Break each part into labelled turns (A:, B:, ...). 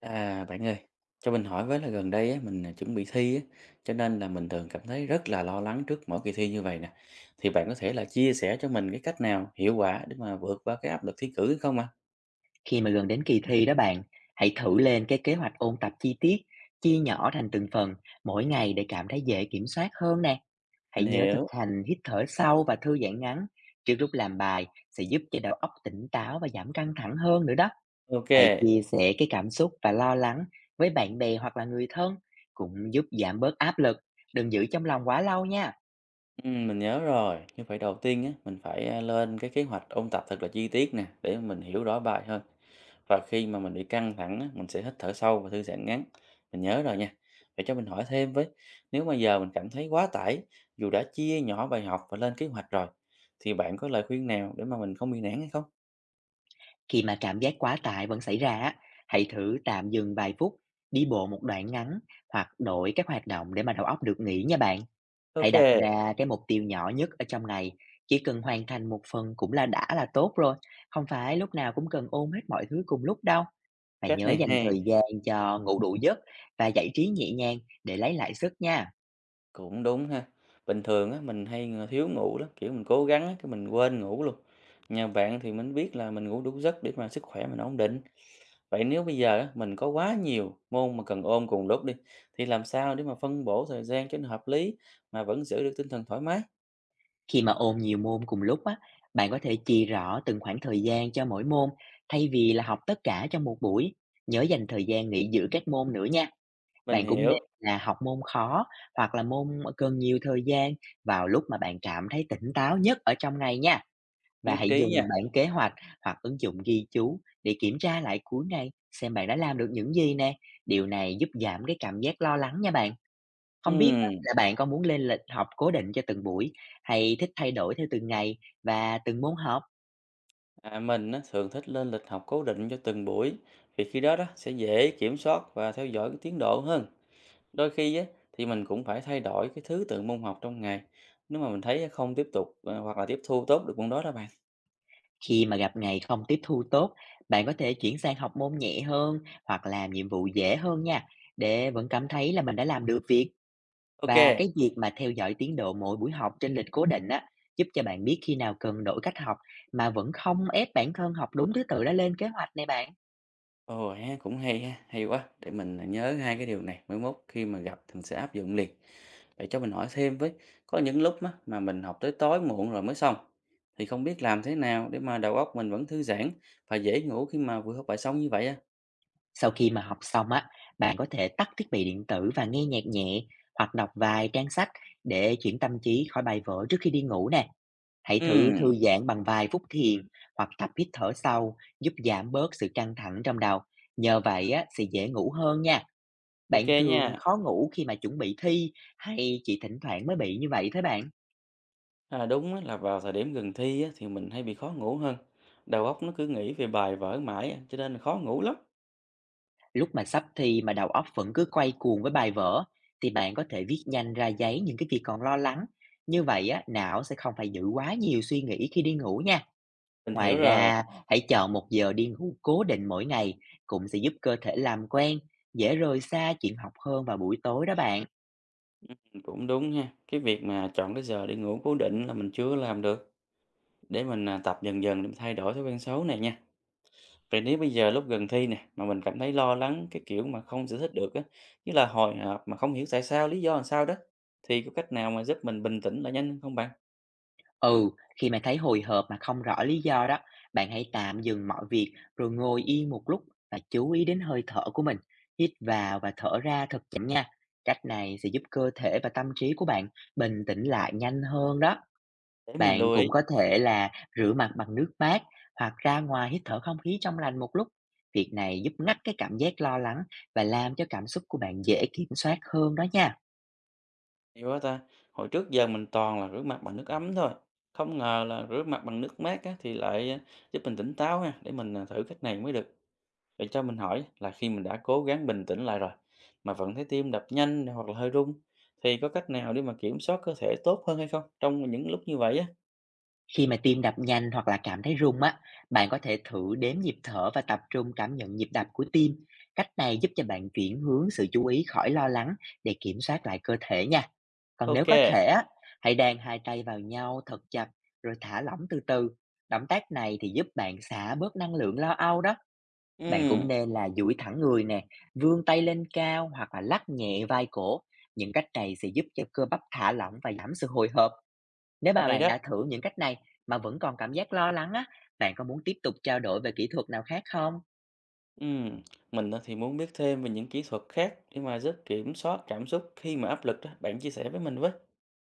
A: À, bạn ơi, cho mình hỏi với là gần đây á, mình, chuẩn bị thi á, cho nên là mình thường cảm thấy rất là lo lắng trước mỗi kỳ thi như vậy nè. Thì bạn có thể là chia sẻ cho mình cái cách nào hiệu quả để mà vượt qua cái áp lực thi cử hay không ạ?
B: Khi mà gần đến kỳ thi đó bạn, hãy thử lên cái kế hoạch ôn tập chi tiết, chia nhỏ thành từng phần mỗi ngày để cảm thấy dễ kiểm soát hơn nè. Hãy
A: Mình
B: nhớ thực
A: hiểu,
B: hành hít thở sâu và thư giãn ngắn trước lúc làm bài sẽ giúp cho đầu óc tỉnh táo và giảm căng thẳng hơn nữa đó.
A: ok.
B: Hãy chia sẻ cái cảm xúc và lo lắng với bạn bè hoặc là người thân cũng giúp giảm bớt áp lực. Đừng giữ trong lòng quá lâu nha.
A: Mình nhớ rồi, nhưng phải đầu tiên á, mình phải, lên cái kế hoạch ôn tập thật là chi tiết nè, để mình hiểu rõ bài hơn. Và khi mà mình bị căng thẳng á, mình sẽ hít thở sâu và thư giãn ngắn. Mình nhớ rồi nha. Để cho mình hỏi thêm với, nếu mà giờ mình cảm thấy quá tải, dù đã chia nhỏ bài học và lên kế hoạch rồi, thì bạn có lời khuyên nào để mà mình không bị nản hay không?
B: Khi mà cảm giác quá tải vẫn xảy ra á, hãy thử tạm dừng vài phút, đi bộ một đoạn ngắn hoặc đổi các hoạt động để mà đầu óc được nghỉ nha bạn. Hãy
A: Ok,
B: đặt ra cái mục tiêu nhỏ nhất ở trong ngày, chỉ cần hoàn thành một phần cũng là đã là tốt rồi, không phải lúc nào cũng cần ôm hết mọi thứ cùng lúc đâu. Và
A: cách
B: nhớ
A: này
B: dành
A: hay,
B: thời gian cho ngủ đủ giấc và giải trí nhẹ nhàng để lấy lại sức nha.
A: cũng đúng ha. Bình thường á, mình hay, thiếu ngủ lắm, kiểu, mình cố gắng á, cái mình quên ngủ luôn. Nhờ bạn thì mình biết là mình ngủ đủ giấc để mà sức khỏe mình ổn định. Vậy nếu bây giờ á, mình có quá nhiều môn mà cần ôn cùng lúc đi, thì làm sao để mà phân bổ thời gian cho nó hợp lý mà vẫn giữ được tinh thần thoải mái?
B: Khi mà ôn nhiều môn cùng lúc á, bạn có thể chia rõ từng khoảng thời gian cho mỗi môn thay vì là học tất cả trong một buổi. Nhớ dành thời gian nghỉ giữa các môn nữa nha.
A: Mình
B: Bạn cũng nên
A: hiểu,
B: là học môn khó hoặc là môn cần nhiều thời gian vào lúc mà bạn cảm thấy tỉnh táo nhất ở trong ngày nha. Và
A: nhất
B: hãy
A: trí
B: dùng
A: nha.
B: bản kế hoạch hoặc ứng dụng ghi chú để kiểm tra lại cuối ngày xem bạn đã làm được những gì nè. Điều này giúp giảm cái cảm giác lo lắng nha bạn. Không biết á
A: Ừm,
B: là bạn có muốn lên lịch học cố định cho từng buổi hay thích thay đổi theo từng ngày và từng môn học?
A: mình á, thường thích lên lịch học cố định cho từng buổi, vì khi đó đó sẽ dễ kiểm soát và theo dõi cái tiến độ hơn. Đôi khi á, thì mình cũng phải thay đổi cái thứ tự môn học trong ngày, nếu mà mình thấy không tiếp tục hoặc là tiếp thu tốt được môn đó đó bạn.
B: Khi mà gặp ngày không tiếp thu tốt, bạn có thể chuyển sang học môn nhẹ hơn hoặc làm nhiệm vụ dễ hơn nha, để vẫn cảm thấy là mình đã làm được việc. Và
A: Ok,
B: cái việc mà theo dõi tiến độ mỗi buổi học trên lịch cố định á, giúp cho bạn biết khi nào cần đổi cách học mà vẫn không ép bản thân học đúng thứ tự đã lên kế hoạch này bạn.
A: ồ ha, cũng hay ha, hay quá. Để mình nhớ hai cái điều này, mới mốt khi mà gặp mình sẽ áp dụng liền. Vậy cho mình hỏi thêm với, có những lúc á, mà mình học tới tối muộn rồi mới xong, thì không biết làm thế nào để mà đầu óc mình vẫn thư giãn và dễ ngủ khi mà vừa học bài xong như vậy á?
B: Sau khi mà học xong á, bạn có thể tắt thiết bị điện tử và nghe nhạc nhẹ hoặc đọc vài trang sách để chuyển tâm trí khỏi bài vở trước khi đi ngủ nè. Hãy
A: Ừ,
B: thử thư giãn bằng vài phút thiền hoặc tập hít thở sâu giúp giảm bớt sự căng thẳng trong đầu. Nhờ vậy á, sẽ dễ ngủ hơn nha.
A: ok
B: Bạn thường
A: nha.
B: khó ngủ khi mà chuẩn bị thi hay chỉ thỉnh thoảng mới bị như vậy thế bạn?
A: À, đúng á, là vào thời điểm gần thi á, thì mình hay bị khó ngủ hơn. Đầu óc nó cứ nghĩ về bài vở mãi á, cho nên là khó ngủ lắm.
B: Lúc mà sắp thi mà đầu óc vẫn cứ quay cuồng với bài vở thì bạn có thể viết nhanh ra giấy những cái việc còn lo lắng. Như vậy á, não sẽ không phải giữ quá nhiều suy nghĩ khi đi ngủ nha.
A: Mình
B: Ngoài
A: hiểu rồi,
B: ra, hãy chọn một giờ đi ngủ cố định mỗi ngày cũng sẽ giúp cơ thể làm quen, dễ rời xa chuyện học hơn vào buổi tối đó bạn.
A: cũng đúng ha. Cái việc mà chọn cái giờ để ngủ cố định là mình chưa làm được. Để mình tập dần dần để mình thay đổi thói quen xấu này nha. Vậy nếu bây giờ lúc gần thi nè mà mình cảm thấy lo lắng cái kiểu mà không giải thích được á, như là hồi hộp mà không hiểu tại sao, lý do làm sao đó thì có cách nào mà giúp mình bình tĩnh lại nhanh hơn không bạn?
B: Ừ, khi mà thấy hồi hộp mà không rõ lý do đó, bạn hãy tạm dừng mọi việc rồi ngồi yên một lúc và chú ý đến hơi thở của mình. Hít vào và thở ra thật chậm nha. Cách này sẽ giúp cơ thể và tâm trí của bạn bình tĩnh lại nhanh hơn đó.
A: Để mình
B: Bạn
A: lưu ý,
B: cũng có thể là rửa mặt bằng nước mát hoặc ra ngoài hít thở không khí trong lành một lúc. Việc này giúp ngắt cái cảm giác lo lắng và làm cho cảm xúc của bạn dễ kiểm soát hơn đó nha.
A: hiểu quá ta. Hồi trước giờ mình toàn là rửa mặt bằng nước ấm thôi. Không ngờ là rửa mặt bằng nước mát á, thì lại giúp mình tỉnh táo ha, để mình thử cách này mới được. Vậy cho mình hỏi là khi mình đã cố gắng bình tĩnh lại rồi mà vẫn thấy tim đập nhanh hoặc là hơi run thì có cách nào để mà kiểm soát cơ thể tốt hơn hay không trong những lúc như vậy á?
B: Khi mà tim đập nhanh hoặc là cảm thấy rung á, bạn có thể thử đếm nhịp thở và tập trung cảm nhận nhịp đập của tim. Cách này giúp cho bạn chuyển hướng sự chú ý khỏi lo lắng để kiểm soát lại cơ thể nha. Còn nếu
A: Ok.
B: có thể á, hãy đan hai tay vào nhau thật chặt rồi thả lỏng từ từ. Động tác này thì giúp bạn xả bớt năng lượng lo âu đó. Bạn
A: Ừ.
B: cũng nên là duỗi thẳng người nè, vươn tay lên cao hoặc là lắc nhẹ vai cổ. Những cách này sẽ giúp cho cơ bắp thả lỏng và giảm sự hồi hộp. Nếu mà
A: Hay
B: bạn
A: đó.
B: đã thử những cách này mà vẫn còn cảm giác lo lắng á, bạn có muốn tiếp tục trao đổi về kỹ thuật nào khác không?
A: Ừm, mình á thì muốn biết thêm về những kỹ thuật khác để mà giúp kiểm soát cảm xúc khi mà áp lực đó, bạn chia sẻ với mình với.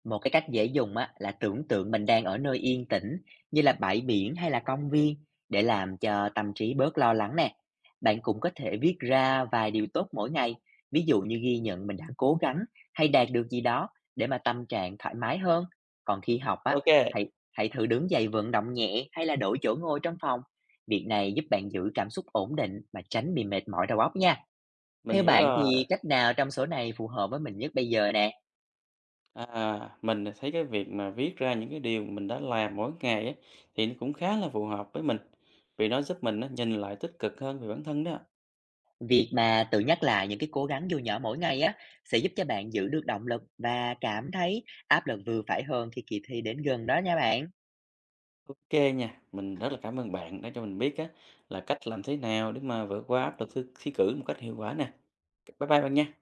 B: Một cái cách dễ dùng á, là tưởng tượng mình đang ở nơi yên tĩnh như là bãi biển hay là công viên để làm cho tâm trí bớt lo lắng nè. Bạn cũng có thể viết ra vài điều tốt mỗi ngày, ví dụ như ghi nhận mình đã cố gắng hay đạt được gì đó để mà tâm trạng thoải mái hơn. Còn khi học á,
A: Ok,
B: hãy hãy thử đứng dậy vận động nhẹ hay là đổi chỗ ngồi trong phòng. Việc này giúp bạn giữ cảm xúc ổn định mà tránh bị mệt mỏi đầu óc nha.
A: mình
B: Theo
A: hiểu
B: bạn
A: rồi.
B: thì cách nào trong số này phù hợp với mình nhất bây giờ nè?
A: À, mình thấy cái việc mà viết ra những cái điều mình đã làm mỗi ngày á, thì nó cũng khá là phù hợp với mình, vì nó giúp mình á nhìn lại tích cực hơn về bản thân đó.
B: Việc mà tự nhắc lại những cái cố gắng dù nhỏ mỗi ngày á sẽ giúp cho bạn giữ được động lực và cảm thấy áp lực vừa phải hơn khi kỳ thi đến gần đó nha bạn.
A: Ok nha, mình rất là cảm ơn bạn đã cho mình biết á là cách làm thế nào để mà vượt qua áp lực thư thi cử một cách hiệu quả nè. Bye bye bạn nha.